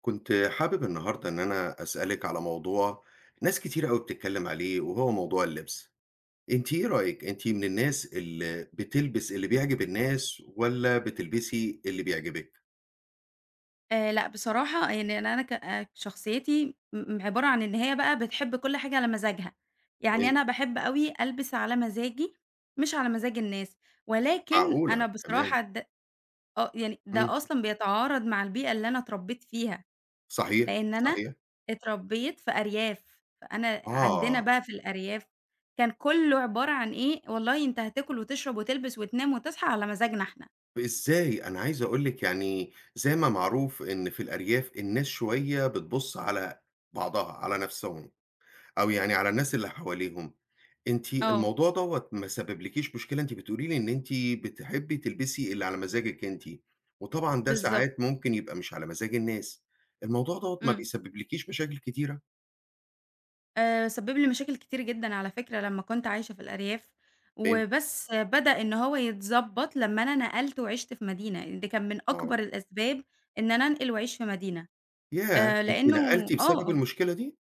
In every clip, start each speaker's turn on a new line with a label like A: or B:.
A: كنت حابب النهاردة إن أنا أسألِك على موضوع ناس كتير أوي بتتكلم عليه، وهو موضوع اللبس. أنتِ إيه رأيِك، أنتِ من الناس اللي بتلبس اللي بيعجب الناس، والّا بتلبسي اللي بيعجبِك؟
B: لأ بصراحة يعني أنا أنا ك شخصيتي عبارة عن إن هي بقى بتحب كل حاجة على مزاجها، يعني
A: فهمت.
B: أنا باحب أوي ألبس على مزاجي مش على مزاج الناس، ولكن أنا
A: معقولة! تمام.
B: بصراحة د آه يعني
A: إمم.
B: ده أصلًا بيتعارض مع البيئة اللي أنا اتربيت فيها.
A: صحيح،
B: لإن أنا
A: صحيح.
B: اتربيت في أرياف، فأنا عندنا
A: آه.
B: بقى في الأرياف كان كله عبارة عن إيه، والله أنت هتاكل وتشرب وتلبس وتنام وتصحى على مزاجنا إحنا.
A: إزاي؟ أنا عايز أقول لِك يعني زي ما معروف إن في الأرياف الناس شوية بتبُص على بعضها، على نفسهم. أو يعني على الناس اللي حواليهم. أنتِ
B: آه
A: الموضوع دوّة ما سببلكيش مشكلة، أنتِ بتقولي لي إن أنتِ بتحبي تلبسي اللي على مزاجِك أنتِ، وطبعًا ده
B: بالضبط.
A: ساعات ممكن يبقى مش على مزاج الناس، الموضوع دوّة ما
B: إمم.
A: بيسببلكيش مشاكل كتيرة؟
B: سبِّب لي مشاكل كتير جدًا على فكرة لمّا كنت عايشة في الأرياف،
A: تمام.
B: وبس بدأ إن هو يتضبّط لمّا أنا نقلت وعِشت في مدينة، دي كان من
A: آه.
B: أكبر الأسباب إن أنا أنقل وأعيش في مدينة.
A: ياه! أنتِ
B: لإنه
A: نقلتِ
B: آه،
A: بسبب
B: آه،
A: المشكلة دي؟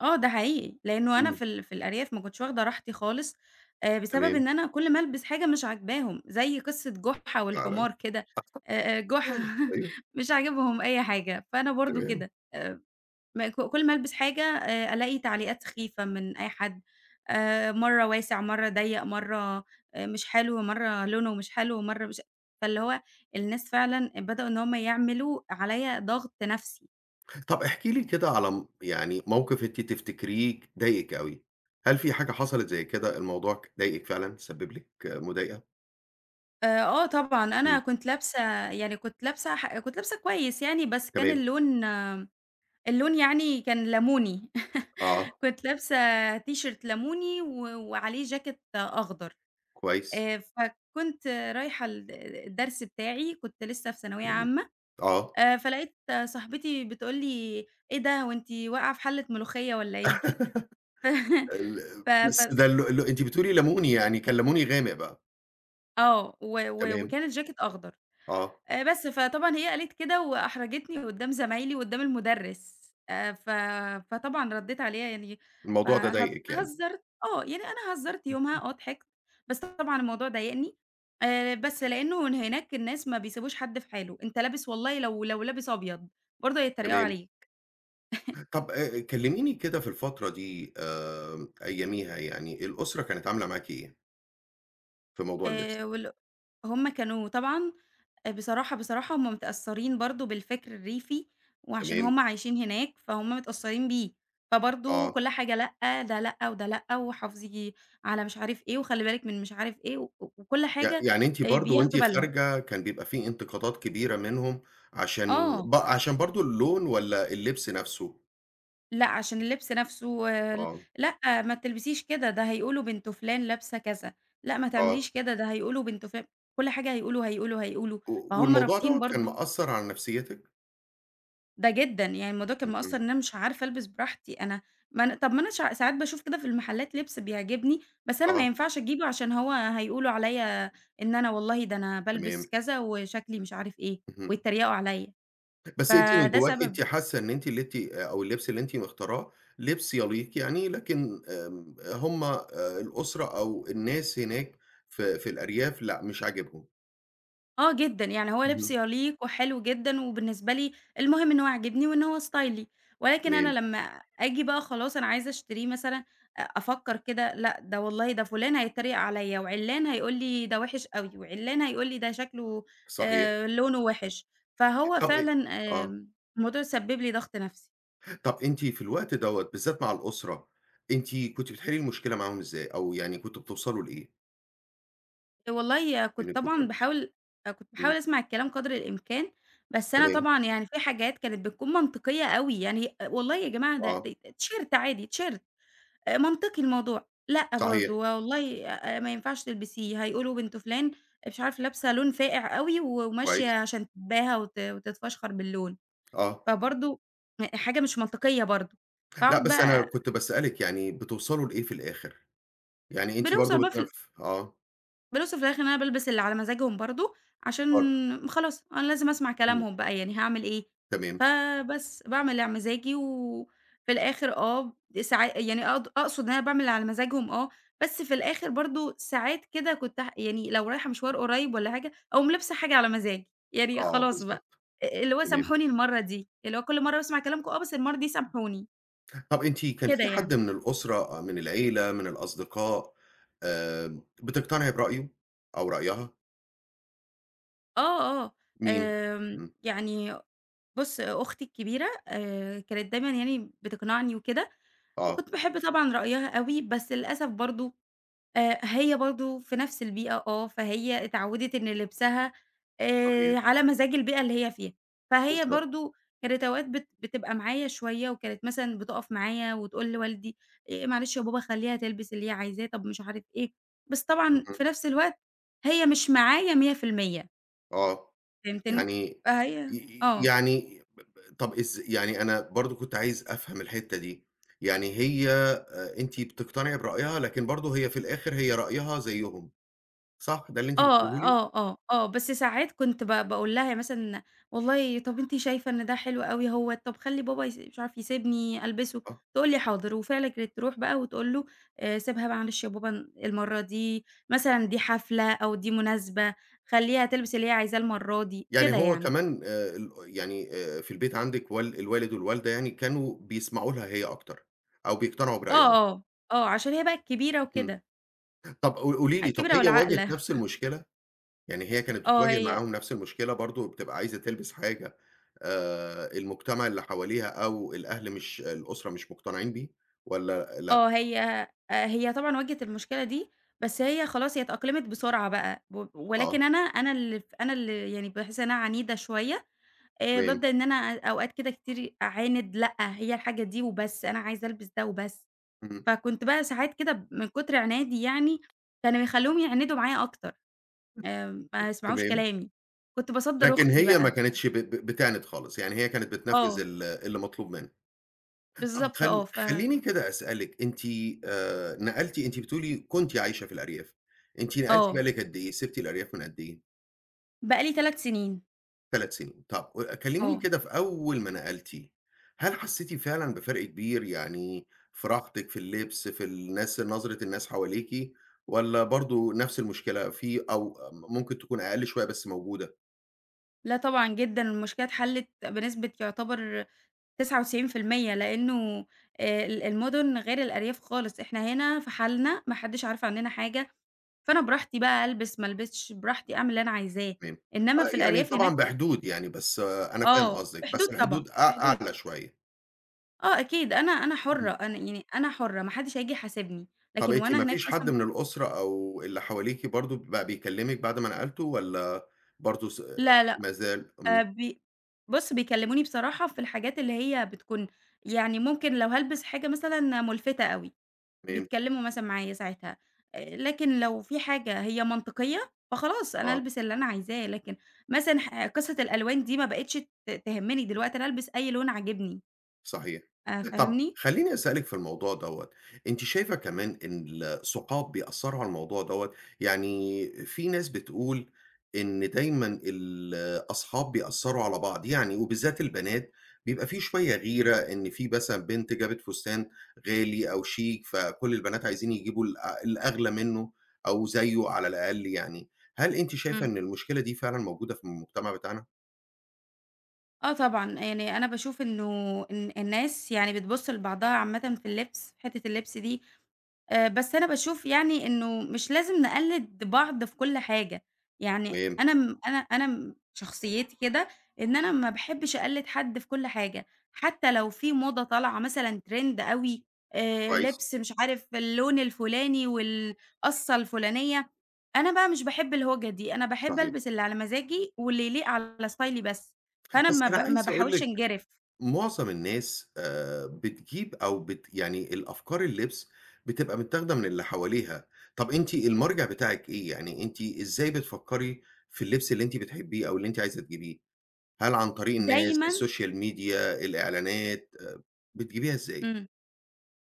B: آه ده حقيقي، لإنه أنا
A: إمم.
B: في الأرياف ما كنتش واخدة راحتي خالص. بسبب
A: تمام
B: إن أنا كل ما ألبس حاجة مش عاجباهم، زي قصة جُحّة
A: فعلًا.
B: والحمار كده. جُحّة
A: أيوه
B: مش عاجبهم أي حاجة، فأنا برضه
A: تمام.
B: كده. آه. م ك كل ما ألبس حاجة ألاقي تعليقات سخيفة من أي حد. مرّة واسع، مرّة ضيّق، مرّة مش حلو، مرّة لونه مش حلو، مرّة مش فاللي هو الناس فعلًا بدأوا إن هم يعملوا عليَّ ضغط نفسي.
A: طب احكي لي كده على يعني موقف أنتِ تفتكريه ضايقِك أوي، هل في حاجة حصلت زي كده الموضوع ضايقِك فعلًا، سبب لِك مضايقة؟
B: طبعًا أنا
A: اهم.
B: كنت لابسة يعني كنت لابسة ح كنت لابسة كويس يعني بس كان
A: تمام.
B: اللون آه، اللون يعني كان لموني
A: آه،
B: كنت لابسة تيشيرت لموني وعليه جاكيت أخضر.
A: كويس،
B: فكنت رايحة الدرس بتاعي، كنت لسه في ثانوية
A: تمام،
B: عامة.
A: آه
B: فلقيت صاحبتي بتقول لي: "إيه ده هو أنتِ واقعة في حلة ملوخية والّا إيه؟"
A: ال
B: ف ف
A: بس
B: ف
A: ده الل الل أنتِ بتقولي لاموني، يعني كان لاموني غامق بقى.
B: آه، و
A: تمام.
B: وكان الجاكيت أخضر.
A: آه.
B: بس، فطبعًا هي قالت كده وأحرجتني قدّام زمايلي وقدّام المُدرِّس. ف فطبعًا ردّيت عليها يعني
A: الموضوع ده ضايقِك يعني.
B: هزّرت آه، يعني أنا هزّرت يومها آه ضحكت. بس طبعًا الموضوع ضايقني. بس لإنه هناك الناس ما بيسيبوش حد في حاله، أنت لابس والله لو لابس أبيض برضه هيتريقوا
A: تمام.
B: عليك.
A: طب كلميني كده في الفترة دي أياميها يعني، الأسرة كانت عاملة معاكِ إيه في موضوع اللبس؟
B: وال هم كانوا طبعًا بصراحة، هُم متأثّرين برضه بالفكر الريفي، وعشان
A: تمام.
B: هُم عايشين هناك فهُم متأثّرين بيه. فبرضه
A: آه.
B: كل حاجة لأ، ده لأ، وده لأ، وحافظي على مش عارف إيه، وخلّي بالِك من مش عارف إيه، وكل
A: يع
B: حاجة
A: يعني أنتِ برضه وأنتِ
B: بياخدوا بالهم.
A: خارجة كان بيبقى في انتقادات كبيرة منهم عشان
B: آه.
A: عشان برضه اللون والّا اللبس نفسه؟
B: لأ عشان اللبس نَفْسه. ال
A: آه.
B: لأ ما تلبسيش كده، ده هيقولوا بنت فُلان لابسة كذا. لأ ما تعمليش
A: آه.
B: كده، ده هيقولوا بنت فُلان. كل حاجة هيقولوا، هيقولوا، هيقولوا.
A: و
B: فهُم
A: والموضوع
B: رابطين
A: دوّة كان
B: برضه
A: مأثّر على نفسيتِك؟
B: ده جدًا. يعني الموضوع كان مأثّر
A: اهم.
B: إن أنا مش عارفة ألبس براحتي. أنا ما أنا طَب ما أنا شع ساعات باشوف كده في المحلات لبس بيعجبني، بس أنا ما
A: آه،
B: ينفعش أجيبه عشان هو هيقولوا عليّا إن أنا والله ده أنا بالبس
A: تمام،
B: كذا وشكلي مش عارف إيه،
A: اهم.
B: ويتريقوا عليّا.
A: بس أنتِ من
B: فده
A: جواكِ أنتِ
B: سبب.
A: حاسة إن أنتِ اللي أنتِ أو اللبس اللي أنتِ مختاراه لبس يليق يعني، لكن هم الأسرة أو الناس هناك في الأرياف لأ، مش عاجبهم.
B: آه جدًا، يعني هو لبسه
A: اهم،
B: يليق وحلو جدًا، وبالنسبة لي المهم إن هو عاجبني وإن هو ستايلي. ولكن أنا
A: تمام،
B: لمّا آجي بقى خلاص أنا عايزة أشتريه مثلًا أفكّر كده لأ، ده والله ده فلان هيتريق عليَّ، وعلّان هيقول لي ده وِحِش أوي، وعلّان هيقول لي ده شكله
A: صحيح.
B: لونه وِحِش. فهو
A: طب أ
B: فعلًا
A: آه،
B: الموضوع سبّب لي ضغط نفسي.
A: طب أنتِ في الوقت دوّة بالذات مع الأسرة، أنتِ كنتِ بتحلي المشكلة معاهم إزاي، أو يعني كنتم بتوصلوا لإيه
B: والله
A: بينكم وبين الأسرة؟
B: كنت باحاول
A: إمم،
B: أسمع الكلام قدر الإمكان. بس أنا
A: تمام،
B: طبعًا يعني في حاجات كانت بتكون منطقية أوي، يعني والله يا جماعة ده
A: آه،
B: ده تيشيرت عادي، تيشيرت منطقي الموضوع. لأ
A: صحيح،
B: برضه والله ما ينفعش تلبسيه، هيقولوا بنت فلان مش عارفة لابسة لون فاقع أوي وماشية
A: كويس،
B: عشان تتباهى وتتفشخر باللون.
A: آه.
B: فبرضه حاجة مش منطقية برضه.
A: لأ،
B: فاقعد
A: بس أنا
B: بقى.
A: كنت باسألِك يعني بتوصلوا لإيه في الآخر؟ يعني أنتِ
B: بنوصل
A: برضه
B: بقى في
A: آه.
B: بالأوصِف في الآخر إن أنا بالبس اللي على مزاجهم برضه، عشان
A: برضه.
B: خلاص أنا لازم أسمع
A: اهم.
B: كلامهم بقى يعني هاعمل إيه؟
A: تمام.
B: فبس، باعمل اللي على مزاجي وفي الآخر آه. ساعا يعني أقد أقصد إن أنا باعمل اللي على مزاجهم آه، بس في الآخر برضه ساعات كده كنت ح يعني لو رايحة مشوار قريّب والّا حاجة، أقوم لابسة حاجة على مزاجي، يعني
A: آه
B: خلاص بقى.
A: بالضبط.
B: اللي هو
A: تمام.
B: سامحوني المَرّة دي، اللي هو كل مرّة باسمع كلامكم آه، بس المَرّة دي سامحوني،
A: طَب أنتِ كان
B: كده
A: في
B: يعني.
A: حد من الأسرة، من العيلة، من الأصدقاء، بتقتنعي برأيه أو رأيها؟
B: آه، آه.
A: مين؟
B: آمم
A: إمم،
B: يعني بُص، أختي الكبيرة كانت دايمًا يعني بتقنعني وكده.
A: آه،
B: وكنت باحب طبعًا رأيها أوي، بس للأسف برضه هي برضه في نفس البيئة آه، فهي اتعودت إن لبسها
A: صحيح،
B: على مزاج البيئة اللي هي فيها. فهي
A: بالضبط،
B: برضه كانت أوقات بتبقى معايا شوية، وكانت مثلًا بتقف معايا وتقول لوالدي "معلش يا بابا خلّيها تلبس اللي هي عايزاه." طب مش عارف إيه. بس طبعًا
A: اهم،
B: في نفس الوقت هي مش معايا 100%.
A: آه.
B: فهمتني؟
A: يعني
B: فهي
A: ي
B: آه.
A: يعني ب ب طَب إز يعني أنا برضه كنت عايز أفهم الحتّة دي، يعني أنتِ بتقتنعي برأيها، لكن برضه هي في الآخر هي رأيها زيّهم، صح، ده اللي أنتِ
B: آه،
A: بتقوليه لي؟
B: آه، آه، آه، بس ساعات كنت ب باقول لها مثلًا والله طَب أنتِ شايفة إن ده حلو أوي أهوّة، طَب خلّي بابا مش عارف يسيبني ألبسه.
A: آه.
B: تقول لي حاضر، وفعلًا كانت تروح بقى وتقول له سيبها معلش يا بابا المرّة دي، مثلًا دي حفلة أو دي مناسبة، خلّيها تلبس اللي هي عايزاه المرّة دي،
A: يعني
B: كده
A: هو
B: يعني.
A: كمان ال يعني في البيت عندِك الوالد والوالدة يعني كانوا بيسمعوا لها هي أكتر، أو بيقتنعوا
B: آه،
A: برأيها؟
B: آه، آه، عشان هي بقى الكبيرة
A: إمم.
B: وكده،
A: طب قولي لي، طب
B: الكبيرة
A: هي واجهت
B: والعاقلة.
A: نفس المشكلة؟ يعني هي كانت
B: آه
A: بتتواجه
B: هي
A: معاهم نفس المشكلة برضه، بتبقى عايزة تلبس حاجة المجتمع اللي حواليها أو الأهل مش الأسرة مش مقتنعين بيه والّا لأ؟
B: آه، هي هي طبعًا واجهت المشكلة دي. بس هي خلاص هي اتأقلمت بسرعة بقى.
A: آه،
B: ولكن أنا أنا اللي ف أنا اللي يعني باحس إن أنا عنيدة شوية.
A: تمام،
B: بابدأ إن أنا أوقات كده كتير أعاند، لأ هي الحاجة دي وبس، أنا عايزة ألبس ده وبس.
A: إمم،
B: فكنت بقى ساعات كده من كتر عنادي يعني، كانوا يخلّوهم يعاندوا معايا أكتر. ما يسمعوش
A: تمام.
B: كلامي. كنت باصدّر
A: لكن
B: أختي
A: هي ما
B: بقى.
A: كانتش ب ب بتعند خالص، يعني هي كانت بتنفذ
B: آه،
A: اللي مطلوب منها. طب
B: بالضبط
A: خل
B: آه.
A: خلّيني كده أسألِك، أنتِ نقلتِ أنتِ بتقولي كنتِ عايشة في الأرياف، أنتِ نقلتِ بقى
B: آه،
A: لِك قد إيه؟ سِبتِ الأرياف من قد إيه؟
B: بقى لي 3 سنين.
A: 3 سنين، طب و كلميني
B: آه.
A: كده في أول ما نقلتِ، هل حسيتِ فعلًا بفرق كبير، يعني في راحتِك، في اللبس، في الناس نظرة الناس حواليكِ، والّا برضه نفس المشكلة أو ممكن تكون أقل شوية بس موجودة؟
B: لأ طبعًا جدًا، المشكلة اتحلت بنسبة يعتبر 99%. لإنه ال المُدن غير الأرياف خالص، إحنا هنا في حالنا، ما حدّش عارف عنّنا حاجة. فأنا براحتي بقى ألبس، ما ألبسش، براحتي أعمل اللي أنا عايزاه.
A: تمام.
B: إنّما في
A: آه يعني
B: الأرياف
A: طبعًا
B: هناك
A: بحدود يعني، بس آه، أنا فاهم
B: آه،
A: قصدِك،
B: بحدود
A: بس
B: طبعًا،
A: الحدود
B: بحدود.
A: أعلى شوية.
B: آه أكيد، أنا حُرّة، أنا يعني أنا حُرّة، ما حدّش هييجي يحاسبني.
A: طَب
B: لكن
A: أنتِ
B: وأنا
A: ما
B: هناك
A: فيش حد
B: مثلًا
A: من الأسرة أو اللي حواليكِ برضه بقى بيكلمِك بعد ما نقلتوا والّا برضه
B: لا، لأ.
A: ما زال. إمم،
B: بي بُص، بيكلّموني بصراحة في الحاجات اللي هي بتكون يعني ممكن لو هالبس حاجة مثلًا مُلفتة أوي،
A: تمام،
B: بيتكلموا مثلًا معايا ساعتها. لكن لو في حاجة هي منطقية، فخلاص أنا
A: آه،
B: ألبس اللي أنا عايزاه. لكن مثلًا قصة الألوان دي ما بقتش تهمني دلوقتي. أنا ألبس أي لون عاجبني.
A: صحيح. طب
B: فاهمني؟
A: خلّيني أسألِك في الموضوع دوّة، أنتِ شايفة كمان إن الثقاب بيأثّروا على الموضوع دوّة؟ يعني في ناس بتقول إن دايمًا الأصحاب بيأثّروا على بعض، يعني وبالذات البنات بيبقى في شوية غيرة إن في مثلًا بنت جابت فستان غالي أو شيك، فكل البنات عايزين يجيبوا الأغلى منّه أو زيّه على الأقل يعني، هل أنتِ شايفة
B: إمم.
A: إن المشكلة دي فعلًا موجودة في المجتمع بتاعنا؟
B: آه طبعًا، يعني أنا باشوف إنه إن الناس يعني بتبُص لبعضها عامةً في اللبس، حتّة اللبس دي. بس أنا باشوف يعني إنه مش لازم نقلِّد بعض في كل حاجة. يعني
A: تمام،
B: أنا م أنا أنا م شخصيتي كده إن أنا ما باحبّش أقلِّد حد في كل حاجة. حتّى لو في موضة طالعة مثلًا trend أوي.
A: كويس،
B: لبس مش عارف اللون الفُلاني والقصّة الفُلانية. أنا بقى مش باحب الهوجة دي، أنا باحب
A: صحيح.
B: ألبس اللي على مزاجي واللي يليق على ستايلي بس. فأنا
A: بس أنا
B: ما
A: عايز أقول
B: باحاولش
A: لِك
B: أنجرف.
A: معظم الناس بتجيب أو يعني الأفكار اللبس بتبقى متاخدة من اللي حواليها، طب أنتِ المرجع بتاعِك إيه؟ يعني أنتِ إزاي بتفكّري في اللبس اللي أنتِ بتحبيه أو اللي أنتِ عايزة تجيبيه؟ هل عن طريق الناس،
B: دايمًا
A: السوشيال ميديا، الإعلانات، بتجيبيها إزاي؟
B: إمم،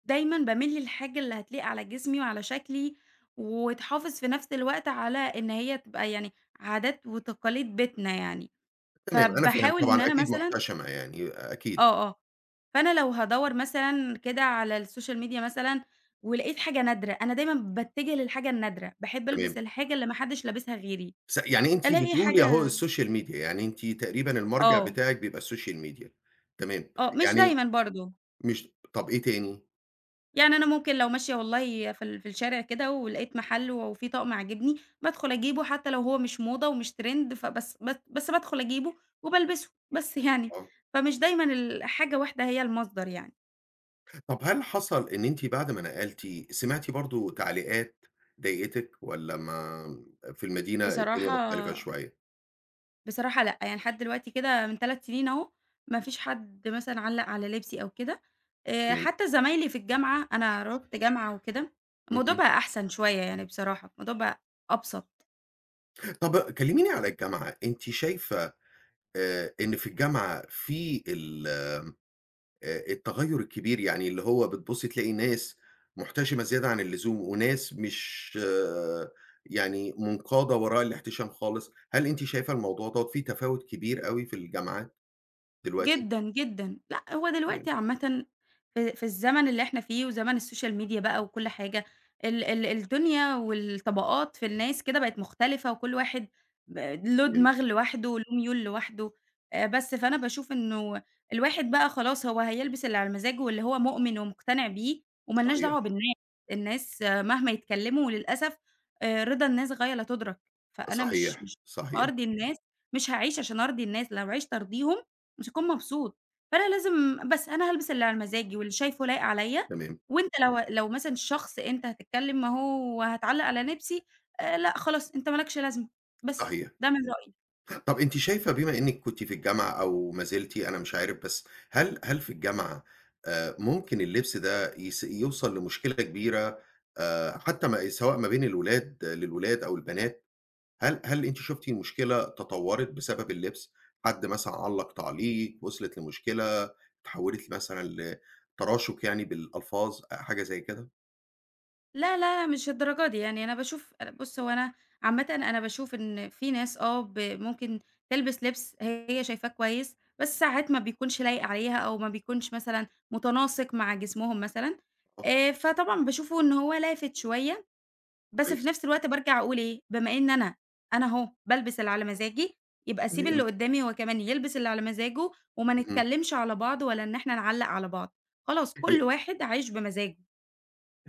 B: دايمًا باميل للحاجة اللي هتليق على جسمي وعلى شكلي، وتحافظ في نفس الوقت على إن هي تبقى يعني عادات وتقاليد بيتنا يعني.
A: تمام، أنا فاهم
B: فباحاول إن
A: طبعًا
B: أنا
A: أكيد
B: مثلًا
A: محتشمة يعني أكيد.
B: آه، آه. فأنا لو هادوّر مثلًا كده على السوشيال ميديا مثلًا ولقيت حاجة نادرة، أنا دايمًا باتجه للحاجة النادرة، باحب ألبس
A: تمام.
B: الحاجة اللي ما حدش لابسها غيري.
A: يعني أنتِ
B: ألاقي
A: بتقولي أهو
B: حاجة
A: السوشيال ميديا، يعني أنتِ تقريبًا المرجع
B: آه،
A: بتاعِك بيبقى السوشيال ميديا. تمام.
B: آه، مش
A: يعني
B: دايمًا برضه.
A: مش طب إيه تاني؟
B: يعني أنا ممكن لو ماشية والله في الشارع كده ولقيت محل وفيه طقم عاجبني، بادخل أجيبه حتى لو هو مش موضة ومش trend فبس بس بس بادخل أجيبه وبالبسه، بس يعني.
A: آه.
B: فمش دايمًا حاجة واحدة هي المصدر يعني.
A: طب هل حصل إن أنتِ بعد ما نقلتِ سمعتِ برضه تعليقات ضايقتِك والّا ما في المدينة الدنيا
B: بصراحة
A: مختلفة شوية؟
B: بصراحة لأ، يعني لحد دلوقتي كده من 3 سنين أهو، ما فيش حد مثلًا علّق على لبسي أو كده.
A: تمام،
B: حتى زمايلي في الجامعة أنا رُحت جامعة وكده، الموضوع
A: اهم.
B: بقى أحسن شوية يعني بصراحة، الموضوع بقى أبسط.
A: طب كلميني على الجامعة، أنتِ شايفة إن في الجامعة في ال التغيُّر الكبير، يعني اللي هو بتبُصّي تلاقي ناس محتشمة زيادة عن اللزوم وناس مش يعني منقادة وراء الاحتشام خالص، هل أنتِ شايفة الموضوع دوّة في تفاوت كبير أوي في الجامعات دلوقتي؟
B: جدًا، جدًا. لأ، هو دلوقتي
A: تمام،
B: عامةً في الزمن اللي إحنا فيه وزمن السوشيال ميديا بقى وكل حاجة، ال الدنيا والطبقات في الناس كده بقت مختلفة، وكل واحد ب له
A: تمام،
B: دماغ لوحده وله ميول لوحده. بس، فأنا باشوف إنه الواحد بقى خلاص هو هيلبس اللي على مزاجه واللي هو مؤمن ومقتنع بيه، وما لناش
A: صحيح،
B: دعوة بالناس. الناس مهما يتكلموا، وللأسف رضا الناس غاية لا تُدرك. فأنا مش
A: صحيح،
B: مش
A: صحيح.
B: هارضي الناس، مش هاعيش عشان أرضي الناس، لو عِشت أرضيهم مش هيكون مبسوط. فأنا لازم بس أنا هالبس اللي على مزاجي واللي شايفه لايق عليَّ.
A: تمام،
B: وأنت لو مثلًا شخص أنت هتتكلم أهو وهتعلّق على لبسي. لأ خلاص أنت ما لكش لازمة، بس
A: صحيح.
B: ده من رأيي.
A: طب أنتِ شايفة بما إنِّك كنتِ في الجامعة أو ما زلتِ أنا مش عارف، بس هل في الجامعة ممكن اللبس ده يوصل لمشكلة كبيرة حتى ما سواء ما بين الولاد للولاد أو البنات، هل أنتِ شُفتِ المشكلة تطوّرت بسبب اللبس؟ حد مثلًا علّق تعليق، وصلت لمشكلة، اتحوّلت مثلًا لتراشُق يعني بالألفاظ، آه، حاجة زي كده؟
B: لا، لا، مش الدرجة دي، يعني أنا باشوف أنا بُص هو أنا عامةً أنا باشوف إن في ناس آه ممكن تلبس لبس هي شايفاه كويس، بس ساعات ما بيكونش لايق عليها أو ما بيكونش مثلًا متناسق مع جسمهم مثلًا.
A: آه،
B: فطبعًا باشوفه إن هو لافت شوية، بس في
A: كويس،
B: نفس الوقت بارجع أقول إيه، بما إن أنا أهو بالبس اللي على مزاجي، يبقى أسيب اللي
A: تمام،
B: قدّامي هو كمان يلبس اللي على مزاجه وما
A: اهم.
B: نتكلّمش على بعض ولا إن إحنا نعلّق على بعض. خلاص كل واحد عايش بمزاجه.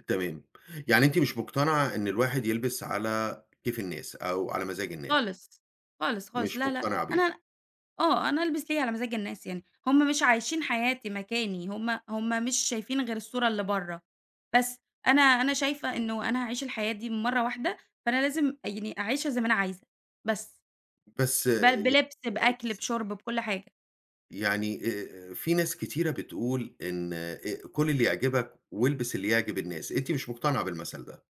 A: تمام. يعني أنتِ مش مقتنعة إن الواحد يلبس على كيف الناس أو على مزاج الناس،
B: خالص، خالص، خالص،
A: مش
B: لا، لا.
A: مقتنعة بيها.
B: أنا آه، أنا ألبس ليه على مزاج الناس يعني، هم مش عايشين حياتي مكاني، هم مش شايفين غير الصورة اللي برّه. بس أنا شايفة إنه أنا هاعيش الحياة دي مرّة واحدة، فأنا لازم يعني أعيشها زي ما أنا عايزة. بس
A: بس
B: بلبس، بأكل، بشُرب، بكل حاجة.
A: يعني في ناس كتيرة بتقول إن "كُل اللي يعجبك والبس اللي يعجب الناس." أنتِ مش مقتنعة بالمثل ده،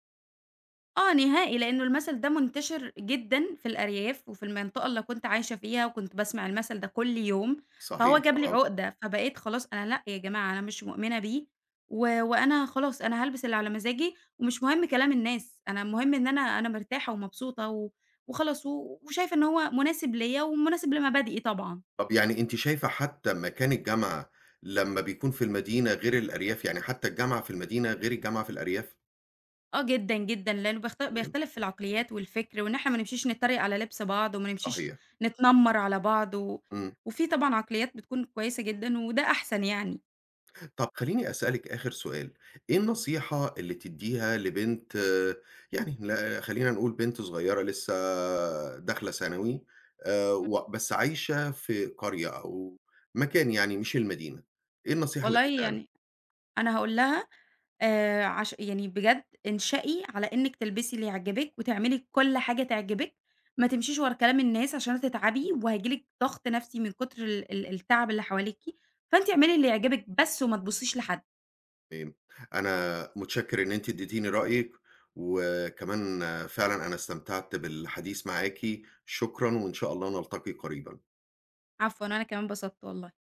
B: آه نهائي، لإنه المثل ده منتشر جدًا في الأرياف وفي المنطقة اللي كنت عايشة فيها، وكنت باسمع المثل ده كل يوم. فهو
A: صحيح
B: جاب لي
A: آه.
B: عقدة، فبقيت خلاص أنا لأ يا جماعة أنا مش مؤمنة بيه. وأنا خلاص أنا هالبس اللي على مزاجي، ومش مهم كلام الناس، أنا المهم إن أنا مرتاحة ومبسوطة وخلاص وشايفة إن هو مناسب ليّا ومناسب لمبادئي طبعًا.
A: طب يعني أنتِ شايفة حتى مكان الجامعة لمّا بيكون في المدينة غير الأرياف، يعني حتى الجامعة في المدينة غير الجامعة في الأرياف؟
B: آه جدًا، جدًا، لإنه
A: تمام،
B: بيختلف في العقليات والفكر، وإن إحنا ما نمشيش نتريق على لبس بعض، وما نمشيش
A: صحيح.
B: نتنمر على بعض.
A: إمم.
B: وفي طبعًا عقليات بتكون كويسة جدًا، وده أحسن يعني.
A: طب خلّيني أسألِك آخر سؤال، إيه النصيحة اللي تدّيها لبنت آه، يعني لا خلّينا نقول بنت صغيّرة لسه داخلة ثانوي
B: إمم.
A: و بس عايشة في قرية أو مكان يعني مش المدينة، إيه النصيحة اللي
B: والله
A: تدّيها لها؟
B: يعني أنا هاقول لها عش يعني بجد انشئي على إنِّك تلبسي اللي يعجبِك، وتعملي كل حاجة تعجبِك. ما تمشيش ورا كلام الناس عشان هتتعبي، وهييجي لِك ضغط نفسي من كتر ال التعب اللي حواليكِ. فأنتِ اعملي اللي يعجبِك بس، وما تبُصيش لحد.
A: تمام، أنا متشكر إن أنتِ ادّيتيني رأيِك، وكمان آه، فعلًا أنا استمتعت بالحديث معاكِ، شكرًا وإن شاء الله نلتقي قريبًا.
B: عفوًا، أنا كمان اتبسطت والله.